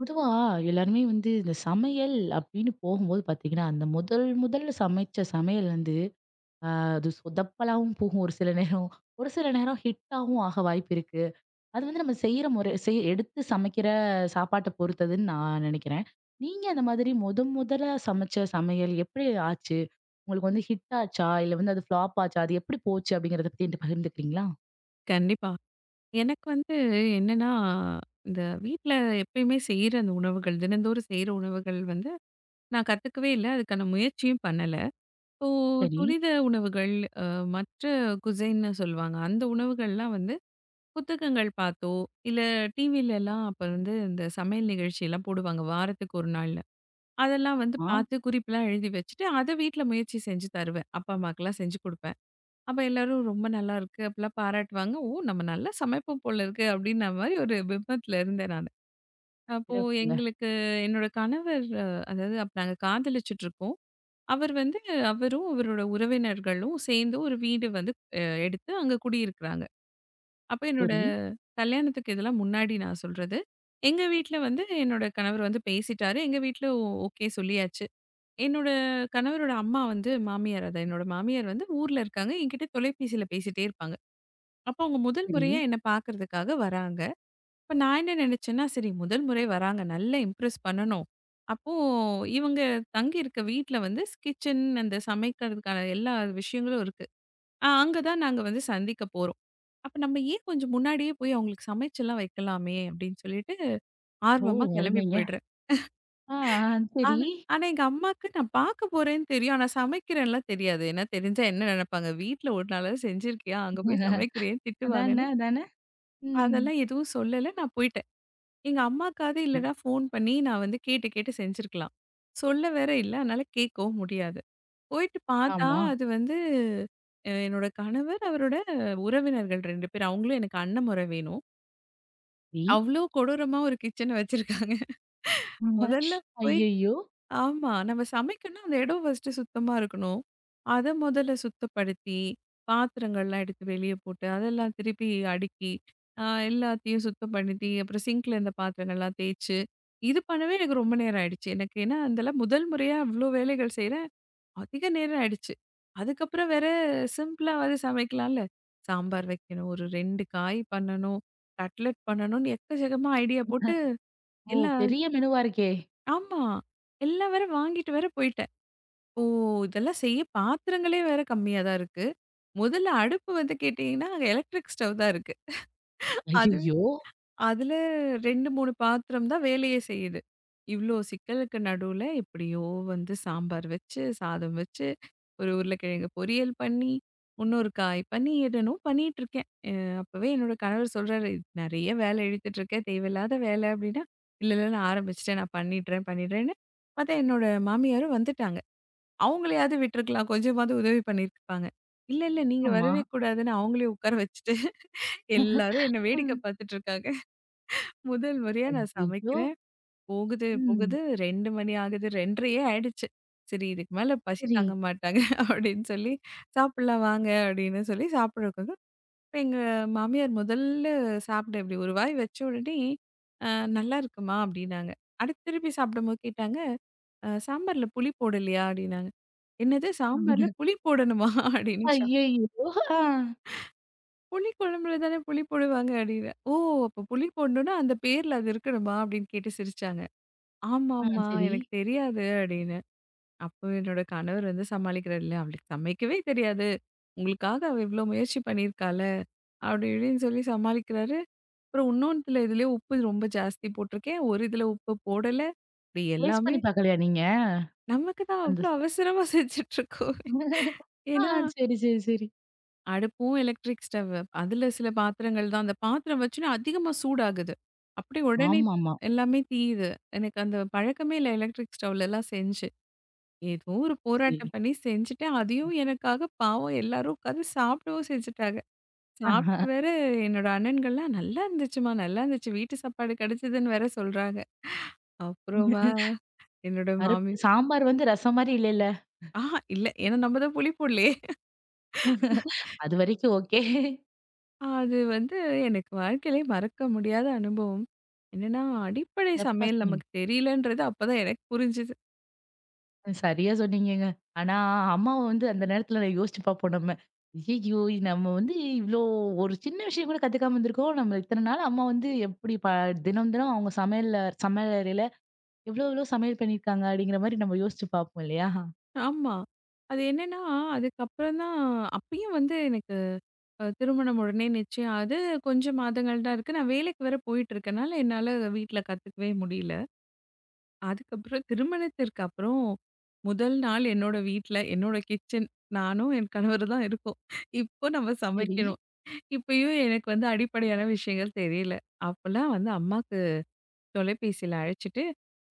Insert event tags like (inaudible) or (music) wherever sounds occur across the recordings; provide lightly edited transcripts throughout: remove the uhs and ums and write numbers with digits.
பொதுவா எல்லாருமே வந்து இந்த சமையல் அப்படின்னு போகும்போது பாத்தீங்கன்னா, அந்த முதல் முதல்ல சமைச்ச சமையல் வந்து, அ அது சொதப்பலாவும் போகும் ஒரு சில நேரம். ஒரு சில நேரம் ஹிட்டாவும் ஆக வாய்ப்பு இருக்கு. அது வந்து நம்ம செய்யற முறை எடுத்து சமைக்கிற சாப்பாட்ட பொறுத்ததுன்னு நான் நினைக்கிறேன். நீங்க அந்த மாதிரி முதலா சமைச்ச சமையல் எப்படி ஆச்சு? உங்களுக்கு வந்து ஹிட் ஆச்சா? இல்ல வந்து அது ஃப்ளாப் ஆச்சா? அது எப்படி போச்சு அப்படிங்கிறத பத்தி என்கிட்ட பகிர்ந்துக்கிறீங்களா? கண்டிப்பா. எனக்கு வந்து என்னன்னா, இந்த வீட்ல எப்பயுமே செய்ற அந்த உணவுகள், தினந்தோறும் செய்ற உணவுகள் வந்து நான் கத்துக்கவே இல்ல. அதுக்கான முயற்சியும் பண்ணல. இப்போ சரி. துரித உணவுகள், அ மற்ற குசைன்னு சொல்லுவாங்க. அந்த உணவுகள்லாம் வந்து புத்தகங்கள் பார்த்தோ, இல்ல டிவிலலாம் அப்ப வந்து இந்த சமையல் நிகழ்ச்சிலாம் போடுவாங்க வாரத்துக்கு 1 நாள்னு. அதெல்லாம் வந்து ஆ. பார்த்து குறிப்புலாம் எழுதி வச்சுட்டு, அத வீட்ல முயற்சி செஞ்சு தருவேன். அப்பா, அம்மாக்கெல்லாம் செஞ்சு குடுப்பேன். அப்ப எல்லாரும் ரொம்ப நல்லா இருக்கு அப்படிலாம் பாராட்டுவாங்க. ஓ! நம்ம நல்லா சமைப்போம் போல இருக்கு அப்படின்ன மாரி ஒரு பிம்பத்துல இருந்தேன் நானு. அப்போ சிறப்புங்க. எங்களுக்கு என்னோட கணவர் அதாவது அப்ப நாங்க காதலிச்சுட்டு இருக்கோம். அவர் வந்து அவரும், அவரோட உறவினர்களும் சேர்ந்து ஒரு வீடு வந்து அ எடுத்து அங்க குடியிருக்கிறாங்க. அப்ப என்னோட சரி, கல்யாணத்துக்கு இதெல்லாம் முன்னாடி நான் சொல்றது. எங்க வீட்ல வந்து என்னோட கணவர் வந்து பேசிட்டாரு. எங்க வீட்ல ஓகே சொல்லியாச்சு. என்னோட கணவரோட அம்மா வந்து மாமியார் அதான் என்னோட மாமியார் வந்து ஊர்ல இருக்காங்க. என்கிட்ட தொலைபேசியில பேசிட்டே இருப்பாங்க. அப்போ அவங்க முதல் சரி. முறையா என்ன பார்க்கறதுக்காக வராங்க. அப்ப நான் என்ன நினைச்சேன்னா, சரி முதல் முறை வராங்க. நல்லா இம்ப்ரெஸ் பண்ணணும். அப்போ இவங்க தங்கியிருக்க வீட்ல வந்து ஸ் கிச்சன் அந்த சமைக்கிறதுக்கான எல்லா விஷயங்களும் இருக்கு. அங்க தான் நாங்க வந்து சந்திக்க போறோம். அப்ப நம்ம ஏன் கொஞ்சம் முன்னாடியே போய் அவங்களுக்கு சமைச்செல்லாம் வைக்கலாமே அப்படின்னு சொல்லிட்டு ஓ! ஆர்வமா கிளம்பி அருமைங்க. போயிடுறேன். ஆ, ஆ. சரி. ஆனா ஆனா எங்க அம்மாக்கு நான் பார்க்க போறேன்னு தெரியும். ஆனா சமைக்கிறேன்லாம் தெரியாது. ஏன்னா தெரிஞ்சா என்ன நினைப்பாங்க? வீட்ல ஒரு நாளாவது செஞ்சிருக்கியா? அங்க போய் சமைக்கிறியேன்னு அதான, திட்டுவாங்கன்னு. அதான? ம். அதெல்லாம் எதுவும் சொல்லல. நான் போயிட்டேன். எங்க அம்மாக்காவது இ இல்லன்னா ஃபோன் பண்ணி நான் வந்து கேட்டு கேட்டு செஞ்சிருக்கலாம். சொல்ல வேற இல்ல. அதனால கேட்கவும் முடியாது. போயிட்டு பார்த்தா, ஆமா. அது வந்து என்னோட கணவர், அவரோட உறவினர்கள் 2 பேர். அவங்களும் எனக்கு அண்ணன் முறை வேணும். இ அவ்ளோ கொடூரமா ஒரு கிச்சன வச்சிருக்காங்க. முதல்ல போய் ஐயய்யோ! ஆமா. நம்ம சமைக்கணும்னா, அந்த இடம் ஃபர்ஸ்ட்டு சுத்தமா இருக்கணும். அத முதல்ல சுத்தப்படுத்தி, பாத்திரங்கள்லாம் எடுத்து வெளிய போட்டு, அதெல்லாம் திருப்பி அடுக்கி, எல்லாத்தையும் சுத்தம் பண்ணி, அப்புறம் சிங்க்ல இருந்த பாத்திரங்கள்லாம் தேய்ச்சு, இது பண்ணவே எனக்கு ரொம்ப நேரம் ஆயிடுச்சு. எனக்கு ஏன்னா, இதெல்லாம் முதல் முறையா இவ்ளோ வேலைகள் செய்றேன். அதிக நேரம் ஆயிடுச்சு. அதுக்கப்புறம் வேற சிம்பிளாவாது சமைக்கலாம்ல. சாம்பார் வைக்கணும், ஒரு 2 காய் பண்ணணும், கட்லெட் பண்ணணும்னு எக்கச்சக்கமா ஐடியா போட்டு, ஓ! எல்லா பெரிய மெனுவா இருக்கே! ஆமா. எல்லாம் வேற வாங்கிட்டு வேற போயிட்டேன். ஓ! இதெல்லாம் செய்ய பாத்திரங்களே வேற கம்மியா தான் இருக்கு. முதல்ல அடுப்பு வந்து கேட்டீங்கன்னா, அங்க எலக்ட்ரிக் ஸ்டவ் தான் இருக்கு. அதுவே ஐயய்யோ! அதுல 2, 3 பாத்திரம் தான் வேலையே செய்யுது. இவ்ளோ சிக்கலுக்கு நடுவுல எப்படியோ வந்து சாம்பார் வச்சு, சாதம் வச்சு, ஒரு உருளைக்கிழங்கு பொரியல் பண்ணி, இன்னொரு காய் பண்ணி, என்னென்னோ பண்ணிட்டுருக்கேன். அப்பவே என்னோட கணவர் சொல்றாரு, "நெறைய வேலை இழுத்துட்டுருக்க. தேவையில்லாத வேலை" அப்படின்னா, "இல்ல, இல்ல நான் ஆரம்பிச்சுட்டேன். நான் பண்ணிடுறேன், பண்ணிடுறேன்னு" பார்த்தா என்னோட மாமியாரும் வந்துட்டாங்க. அவங்களையாவது விட்டுருக்கலாம். கொஞ்சமாவது உதவி பண்ணியிருப்பாங்க. இல்ல, இல்ல நீங்க ஆமா. வரவே கூடாதுன்னு அவங்களே உட்கார வச்சுட்டு, எல்லாரும் என்ன வேடிக்கை ம். பார்த்துட்டு இருக்காங்க. முதல் முறையா நான் ஐயய்யோ! சமைக்கிறேன். போகுது, ம். போகுது 2 மணி ஆகுது. 2:30யே ஆயிடுச்சு. சரி இதுக்கு மேல பசி சரி. தாங்க மாட்டாங்க (laughs) அப்படின்னு சொல்லி, சாப்பிடலாம் வாங்க அப்படின்னு சொல்லி சாப்பிடுறதுக்கு இப்ப எங்க மாமியார் முதல்ல சாப்பிட இப்படி ஒரு வாய் வச்ச உடனே, அ நல்லாருக்குமா அப்படின்னாங்க. அடுத்து திருப்பி சாப்பிடும்போது கேட்டாங்க. சாம்பார்ல புளி போடலையா? அப்டின்னாங்க. என்னது சாம்பார்ல புளி போடணுமா? (laughs) அப்டின்னு ஐயய்யோ! ஆ. புளி குழம்புல தானே புளி போடுவாங்க அப்டின்னு. ஓ! அப்ப புளி போடணும்னா அந்த பேர்ல அது இருக்கணுமா? அப்டின்னு கேட்டு சிரிச்சாங்க. ஆ, ஆமாமா சரி. எனக்கு தெரியாது அப்டின்னு. அப்போ என்னோட கணவர் வந்து சமாளிக்கிறாரு இல்ல அவளுக்கு சமைக்கவே தெரியாது. உங்களுக்காக அவ இவ்ளோ முயற்சி பண்ணியிருக்கால. அப்டி இப்டின்னு சொல்லி சமாளிக்கிறாரு. அப்புறம் இன்னொன்னுத்துல இதுலயே உப்பு ரொம்ப ஜாஸ்தி போட்டிருக்கேன். ஒரு இதுல உப்பு போடல. இப்டி டேஸ்ட் எல்லாமே பண்ணி பார்க்கலையா நீங்க? நமக்கு தான் அந்த அவ்ளோ ஸ் அவசரமா செஞ்சுட்ருக்கோம். ஆ, ஏன்னா, சரி, சரி, சரி. அடுப்பும் எலக்ட்ரிக் ஸ்டவ். அதுல சில பாத்திரங்கள் தான். அந்த பாத்திரம் வச்சோனே அதிகமா சூடாகுது. அப்படியே உடனே ஆமாமா. எல்லாமே தீயுது. எனக்கு அந்த பழக்கமே இல்ல எலக்ட்ரிக் ஸ்டவ்லலாம் செஞ்சு. ஏதோ ஒரு சரி. போராட்டம் பண்ணி செஞ்சுட்டேன். அதையும் எனக்காக பாவம் எல்லாரும் உட்காந்து சாப்பிடவும் செஞ்சுட்டாங்க. சாப்ட்டு வேற என்னோட அண்ணன்கள்லாம் "நல்லா இருந்துச்சுமா, நல்லா இருந்துச்சு. வீட்டு சாப்பாடு கிடைச்சதுன்னு" வேற சொல்றாங்க. அப்புறமா என்னோட மாமி பருப்பு சாம்பார் வந்து ரசம் மாரி இல்லைல்ல. ஆஹா இல்ல. ஏன்னா நம்ம தான் புளி போடலயே! அதுவரைக்கும் ஓகே. அது வந்து எனக்கு வாழ்க்கையிலே மறக்க முடியாத அனுபவம். என்னன்னா, அடிப்படை சிறப்பா சமையல் சொன்னீங்க. நமக்கு தெரியலன்றது அப்பதான் எனக்கு புரிஞ்சுது. சரியா சொன்னீங்கங்க. ஆனா, அம்மாவ வந்து அந்த நேரத்துல நான் யோசிச்சு பார்ப்போம் நம்ம. ஐய்யய்யோ! நம்ம வந்து இவ்ளோ ஒரு சின்ன விஷயம் கூட கத்துக்காம இருந்திருக்கோம். நம்ம இத்தன நாள் அம்மா வந்து எப்படி தினம் தினம் அவங்க சமையல்ல சமையல் அறையில எவ்ளோ எவ்ளோ சமையல் பண்ணியிருக்காங்க அப்படிங்கிற மாரி நம்ம யோசிச்சு பார்ப்போம் இல்லையா? ஆமா. அது என்னன்னா, அதுக்கப்புறம் தான் அப்பயும் வந்து எனக்கு திருமணம் உடனே நிச்சயம் ஆகுது. கொஞ்சம் மாதங்கள் தான் இருக்கு. நான் வேலைக்கு வேற போயிட்டு இருக்கனால, என்னால வீட்ல கத்துக்கவே முடியல. அதுக்கப்புறம் திருமணத்திற்கு அப்புறம் முதல் நாள் என்னோட வீட்ல, என்னோட கிச்சன் நானும் என் கணவர் தான் இருக்கோம். இப்போ நம்ம சரி. சமைக்கணும். இப்பயும் எனக்கு வந்து அடிப்படையான விஷயங்கள் தெரியல. அப்பலாம் வந்து அம்மாக்கு தொலைபேசியில அழைச்சுட்டு,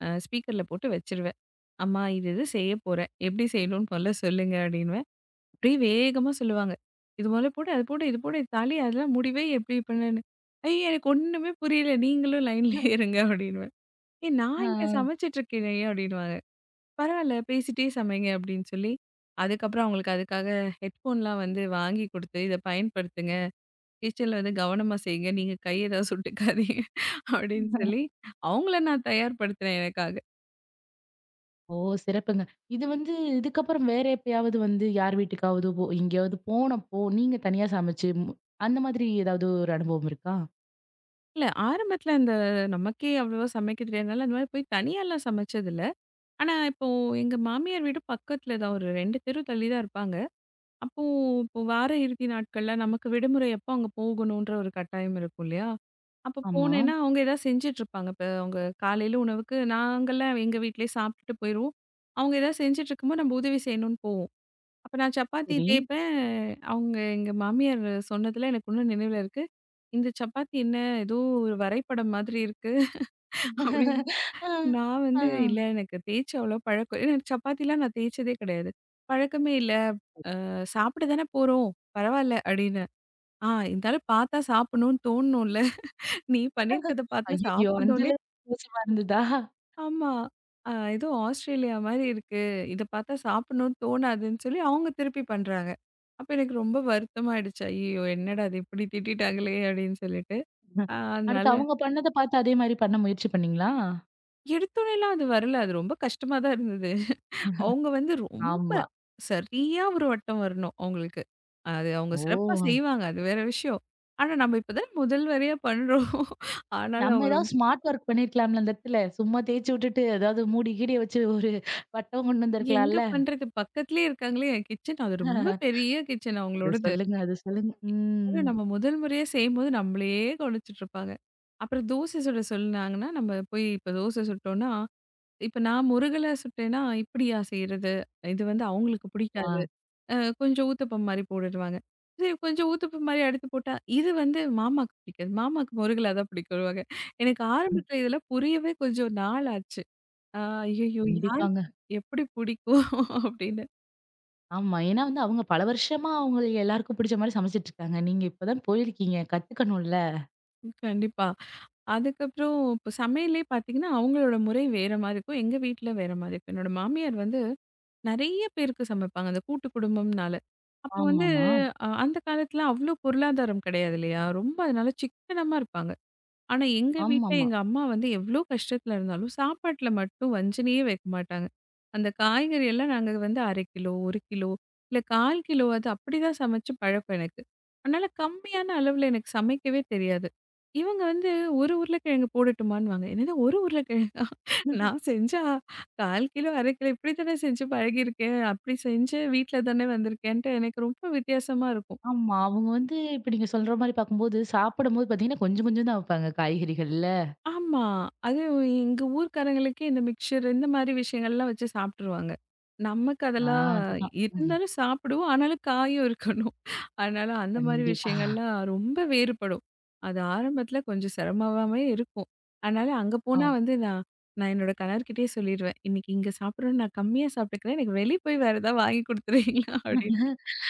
ஸ்பீக்கர்ல போட்டு வச்சுருவேன். "அம்மா இது இது செய்யப் போறேன். எப்படி செய்யணும்னு மொதல்ல சொல்லுங்க" அப்படின்னுவேன். அப்படியே வேகமா சொல்லுவாங்க. "இது மொதல்ல போடு, அது போடு, இது போடு, இது தாளி அதெல்லாம் முடிவே எப்படி பண்ணுன்னு." "ஐய! எனக்கு ஒண்ணுமே புரியல. நீங்களும் லைன்லயே இருங்க" அப்படின்னுவேன். "ஏய் நான் இங்க ஆ. சமைச்சிட்டு இருக்கேனே" அப்படின்னுவாங்க. பரவால்ல. பேசிட்டே சமைங்க அப்படின்னு சொல்லி, அதுக்கப்புறம் அவங்களுக்கு அதுக்காக ஹெட்ஃபோன்லாம் வந்து வாங்கி குடுத்து, இத பயன்படுத்துங்க. கிச்சன்ல வந்து கவனமா செய்யுங்க. நீங்க கை ஏதாவது சுட்டுக்காதீங்க (laughs) அப்படின்னு சொல்லி, அவங்கள நான் தயார்படுத்தினேன் எனக்காக. ஓ! சிறப்புங்க. இது வந்து இதுக்கப்புறம் வேற எப்பயாவது வந்து யார் வீட்டுக்காவது எங்கேயாவது போனப்போ, நீங்க தனியா சமைச்சு அந்த மாதிரி ஏதாவது ஒரு அனுபவம் இருக்கா? இல்ல ஆரம்பத்துல அந்த நமக்கே அவ்வளவா சமைக்க தெரியாதனால, அந்த மாரி போய் தனியாலாம் சமைச்சதில்ல. ஆனா இப்போ எங்க மாமியார் வீடு பக்கத்துல தான். ஒரு 2 தெரு தள்ளி தான் இருப்பாங்க. அப்போ இப்போ வார இறுதி நாட்கள்ல நமக்கு விடுமுறை எப்போ அங்க போகணுன்ற ஒரு கட்டாயம் இருக்கும் இல்லையா? அப்போ ஆமா. போனேன்னா, அவங்க ஏதாவது செஞ்சுட்டு இருப்பாங்க. இப்ப அவங்க காலையில உணவுக்கு நாங்கலாம் எங்க வீட்லயே சாப்பிட்டுட்டு போயிருவோம். அவங்க ஏதாவது செஞ்சுட்டு இருக்கும்போது நம்ம உதவி செய்யணும்னு போவோம். அப்ப நான் சப்பாத்தி சரி. தேய்ப்பேன். அவங்க எங்க மாமியார் சொன்னதுல எனக்கு இன்னும் நினைவுல இருக்கு. "இந்த சப்பாத்தி என்ன ஏதோ ஒரு வரைபடம் மாதிரி இருக்கு" அப்படின்னு. ஆ, நான் ஆ. வந்து "இல்ல எனக்கு தேய்ச்சு அவ்வளோ பழக்கம்" ஏன்னா சப்பாத்திலாம் நான் தேய்ச்சதே கிடையாது. "பழக்கமே இல்ல. சாப்பிட தானே போறோம் பரவாயில்ல" அப்படின்னு. ஆ இருந்தாலும் பார்த்தா சாப்பிடணும்னு தோணணும்ல. நீ பண்ணியிருக்கிறத (laughs) பார்த்தா ஐயய்யோ! அந்த சாப்பிடணும்னே அளவுக்கு மோசமா இருந்ததா? ஆமா. ஏதோ ஆஸ்திரேலியா மாரி இருக்கு. இத பார்த்தா சாப்பிடணும்னு தோணாதுன்னு சொல்லி அவங்க திருப்பி பண்றாங்க. அப்ப எனக்கு ரொம்ப வருத்தமாயிடுச்சு. ஐயய்யோ! என்னடா இது இப்படி திட்டிட்டாங்களே அப்படின்னு சொல்லிட்டு. அடுத்து அதனால அவங்க பண்ணத பார்த்து அதே மாரி பண்ண முயற்சி பண்ணீங்களா? எடுத்தோனேலாம் அது வரல. அது ரொம்ப கஷ்டமா தான் இருந்தது. அவங்க வந்து ரொம்ப ஆமா. சரியா ஒரு வட்டம் வரணும் அவங்களுக்கு. அது அவங்க ஓ! சிறப்பா செய்வாங்க. அது வேற விஷயம். ஆனா நம்ம இப்ப தான் முதல் முறையா பண்றோம். (laughs) ஆனாலும் நம்ம அவங்க ஏதாவது ரொம்ப ஸ்மார்ட் ஒர்க் பண்ணியிருக்கலாம்ல அந்த இடத்துல. சும்மா தேய்ச்சு விட்டுட்டு ஏதாவது மூடி கீடிய வச்சு ஒரு வட்டம் கொண்டு எங்க வந்திருக்கலாம்ல. பண்றது? பக்கத்திலேயே இருக்காங்களே கிச்சன். அது ரொம்ப பெரிய கிச்சன் அது அவங்களோடது. சொல்லுங்க, அது சொல்லுங்க. அதுவும் ம். நம்ம முதல் முறையா செய்யும்போது நம்மளையே கவனிச்சுட்ருப்பாங்க. அப்புறம் தோசை சுட சொன்னாங்கன்னா, நம்ம போய் இப்ப தோசை சுட்டோம்னா, இப்ப நான் முருகலா சுட்டேன்னா, "இப்படியா செய்றது? இது வந்து அவங்களுக்கு ஆ. பிடிக்காது. அ கொஞ்சம் ஊத்தப்பம் மாரி போடுடுவாங்க." சரி கொஞ்சம் ஊத்தப்பம் மாரி அடுத்து போட்டா, "இது வந்து மாமாக்கு பிடிக்காது. மாமாக்கு முருகலா தான் பிடிக்கும்னுவாங்க." எனக்கு ம். ஆரம்பத்தில இதெல்லாம் புரியவே கொஞ்சம் நாள் ஆச்சு. அ ஐயய்யோ! கண்டிப்பாங்க. யாருக்கு எப்படி பிடிக்கும்? அப்படின்னு. ஆமா. ஏன்னா வந்து அவங்க பல வருஷமா அவங்களுக்கு எல்லாருக்கும் பிடிச்ச மாரி சமைச்சுட்டு இருக்காங்க. நீங்க இப்ப தான் போயிருக்கீங்க. கத்துக்கணும்ல. ம், கண்டிப்பா. அதுக்கப்புறம் இப்போ சமையலே பார்த்தீங்கன்னா, அவங்களோட முறை வேற மாரி இருக்கும். எங்க வீட்ல வேற மாரி இருக்கும். என்னோட மாமியார் வந்து நெறைய பேருக்கு சமைப்பாங்க. அந்த கூட்டு குடும்பம்னால. அப்போ வந்து ஆமாமா. அந்த காலத்துல அவ்ளோ பொருளாதாரம் கிடையாது இல்லையா? ரொம்ப அதனால சிக்கனமா இருப்பாங்க. ஆனா, எங்க வீட்ல ஆமாமா. எங்க அம்மா வந்து எவ்ளோ கஷ்டத்துல இருந்தாலும், சாப்பாட்ல மட்டும் வஞ்சனையே வைக்க மாட்டாங்க. அந்த காய்கறி எல்லாம் நாங்க வந்து 1/2 கிலோ, 1 கிலோ, இல்ல 1/4 கிலோவாவது அப்படிதான் சமைச்சு பழக்கம் எனக்கு. அதனால கம்மியான அளவுல எனக்கு சமைக்கவே தெரியாது. இவங்க வந்து 1 உருளைக்கிழங்கு போடட்டுமான்னுவாங்க. என்னது 1 உருளைக்கிழங்கு? (laughs) நான் செஞ்சா 1/4 கிலோ, 1/2 கிலோ இப்படி தானே செஞ்சு பழகியிருக்கேன். அப்படி செஞ்சு வீட்ல தானே வந்திருக்கேன்ட்டு எனக்கு ரொம்ப வித்தியாசமா இருக்கும். ஆமா. அவங்க வந்து இப்ப நீங்க சொல்ற மாரி பார்க்கும்போது, சாப்பிடும்போது பார்த்தீங்கன்னா, கொஞ்சம் கொஞ்சம் தான் வைப்பாங்க காய்கறிகள்ல. ஆமா. அதுவும் எங்க ஊர்க்காரங்களுக்கே இந்த மிக்சர் இந்த மாரி விஷயங்கள்லாம் வச்சு சாப்ட்டுருவாங்க. நமக்கு ஆ, அதெல்லாம் அதுதான். ம். இருந்தாலும் சாப்பிடுவோம். ஆனாலும் காயும் இருக்கணும். அதனால அந்த மாரி கண்டிப்பா. விஷயங்கள்லாம் ரொம்ப வேறுபடும். அது ஆரம்பத்துல கொஞ்சம் சிரமமாவே இருக்கும். அதனால அங்க போனா வந்து நான் நான் என்னோட கணவர்கிட்டயே சொல்லிருவேன். "இன்னைக்கு இங்க சாப்பிடுறோம் நான் கம்மியா சாப்பிட்டுக்கிறேன். எனக்கு வெளிய போய் வேற ஏதாவது வாங்கி குடுத்துறீங்களா?" அப்டின்னு.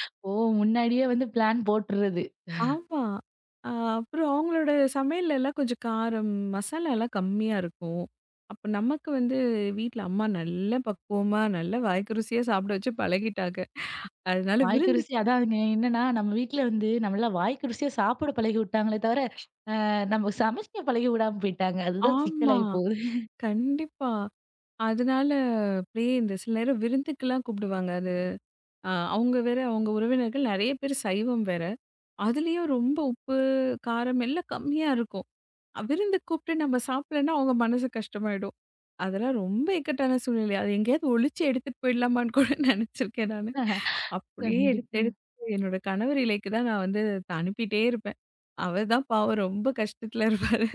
அப்போ முன்னாடியே வந்து பிளான் போட்டுறது. ஆமா. அ அப்புறம் அவங்களோட சமையல்லலாம் கொஞ்சம் காரம், மசாலாலாம் கம்மியா இருக்கும். அப்ப நமக்கு வந்து வீட்ல அம்மா நல்ல பக்குவமா, நல்ல வாய்க்கு ருசியா சாப்பிட வச்சு பழகிட்டாங்க. அதனால வாய்க்கு விருந்து ருசி அதாங்க என்னன்னா, நம்ம வீட்ல வந்து நம்மள வாய்க்கு ருசியா சாப்பிட பழகி விட்டாங்களே தவிர, நம்ம சமைக்க பழகி விடாம போயிட்டாங்க. அதுதான் ஆமா. சிக்கலாயி போகுது. கண்டிப்பா. அதனால அப்படியே இந்த சில நேரம் விருந்துக்குலாம் கூப்பிடுவாங்க. அது அவங்க வேற அவங்க உறவினர்கள் நெறைய பேர் சைவம் வேற. அதுலயும் ரொம்ப உப்பு, காரம் எல்லாம் கம்மியா இருக்கும். விருந்துக்கு கூப்பிட்டு நம்ம சாப்பிடலன்னா, அவங்க மனசு கஷ்டமாயிடும். அதெல்லாம் ரொம்ப இக்கட்டான சூழ்நிலை. அது எங்கேயாவது ஒளிச்சு எடுத்துட்டு போயிடலாமான்னு கூட (laughs) நெனச்சிருக்கேன் நானு. அப்படியே எடுத்து கண்டிப்பாங்க. எடுத்து என்னோட கணவர் இலைக்கு தான் நான் வந்து அத அனுப்பிட்டே இருப்பேன். அவர் தான் பாவம் ரொம்ப கஷ்டத்துல இருப்பாரு.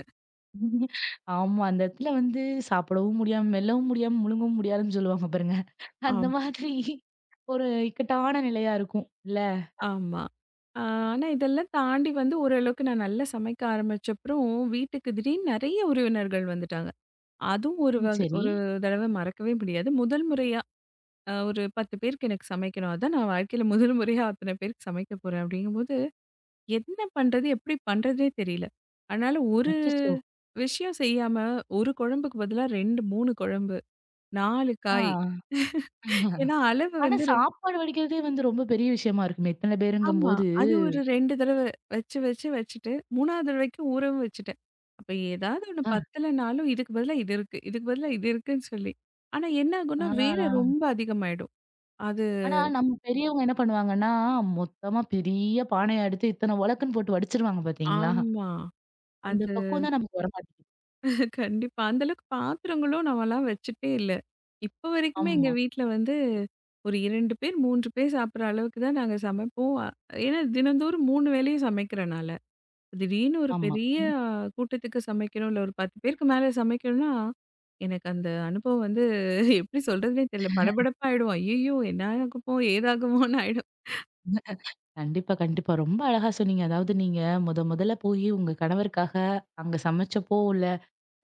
ஆமா. அந்த இடத்துல வந்து சாப்பிடவும் முடியாம, மெல்லவும் முடியாம, முழுங்கவும் முடியாதுன்னு சொல்லுவாங்க பாருங்க. அந்த ஆம். மாதிரி ஒரு இக்கட்டான நிலையா இருக்கும். இல்ல? ஆமா. அ ஆனா இதெல்லாம் தாண்டி வந்து ஓரளவுக்கு நான் நல்லா சமைக்க ஆரம்பிச்சப்புறம், வீட்டுக்கு திடீர்னு நெறைய உறவினர்கள் வந்துட்டாங்க. அதுவும் ஒரு ம். வக சரி. ஒரு தடவ மறக்கவே முடியாது. முதல் முறையா ஒரு 10 பேருக்கு எனக்கு சமைக்கணும். அதான் நான் வாழ்க்கையில முதல் முறையா அத்தன பேருக்கு சமைக்க போறேன் அப்படிங்கும்போது, என்ன பண்றது? எப்படி பண்றதுன்னே தெரியல. அதனால ஒரு அச்சச்சோ! விஷயம் செய்யாம, ஒரு குழம்புக்கு பதிலா 2, 3 குழம்பு, 4 ஆ. காய். ஏன்னா அளவு ஆனா, வந்து ரொ சாப்பாடு வடிக்கிறதே வந்து ரொம்ப பெரிய விஷயமா இருக்குமே! இத்தன ஆமா. பேருங்கம்போது. அது ஒரு 2 தடவ வச்சு வச்சு வச்சுட்டு, 3வது தடவைக்கு ஊறவும் வச்சுட்டேன். அப்ப ஏதாவது ஒண்ணு ஆ. பத்தலனாலும் இதுக்கு பதிலா இது இருக்கு. இதுக்கு பதிலா இது இருக்குன்னு சொல்லி. ஆனா என்ன ஆகும்னா, வேலை ஆ. ரொம்ப அதிகமாயிடும். அது ஆனா, நம்ம பெரியவங்க என்ன பண்ணுவாங்கன்னா, மொத்தமா பெரிய பானைய எடுத்து இத்தன ஒலக்குன்னு போட்டு வடிச்சிருவாங்க பாத்தீங்களா? ஆமா. அந்த பக்குவம் தான் நமக்கு வரமாட்டேங்குது. கண்டிப்பா. அந்த அளவுக்கு பாத்திரங்களும் நாமலாம் வச்சுட்டே இல்ல. இப்ப வரைக்குமே எங்க ஆமா, வீட்ல வந்து ஒரு 2 பேர், 3 பேர் சாப்பிடுற அளவுக்கு தான் நாங்க சமைப்போம். ஏன்னா தினந்தோறும் 3 வேளையும் சமைக்கிறனால. திடீர்னு ஒரு ஆமா. பெரிய ம். ஆ, கூட்டத்துக்கு சமைக்கணும், இல்ல ஒரு 10 பேருக்கு மேல சமைக்கணும்னா, எனக்கு அந்த அனுபவம் வந்து எப்படி சொல்றதுன்னே தெரியல. படபடப்பாயிடும். ஐய்யய்யோ! என்ன ஆகுமோ? ஏதாகுமோன்னு ஆயிடும். கண்டிப்பா, கண்டிப்பா. ரொம்ப அழகா சொன்னீங்க. அதாவது நீங்க மொதல்ல போயி உங்க கணவருக்காக அங்க சமைச்சப்போ உள்ள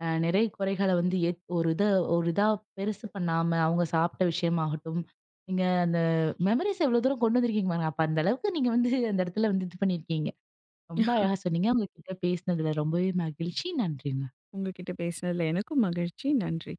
நிறை குறைகள வந்து ஏத் ஒரு இத ஒரு இதா பெருசு பண்ணாம, அவங்க சாப்பிட்ட விஷயமாகட்டும், நீங்க அந்த மெமரீஸ் எவ்வளோ தூரம் கொண்டு வந்திருக்கீங்க பாருங்க. அப்ப அந்த அளவுக்கு நீங்க வந்து அந்த இடத்துல வந்து இது பண்ணியிருக்கீங்க. ரொம்ப அழகா சொன்னீங்க. உங்ககிட்ட பேசினதுல ரொம்பவே மகிழ்ச்சி. நன்றிங்க. உங்ககிட்ட பேசினதுல எனக்கும் மகிழ்ச்சி. நன்றி.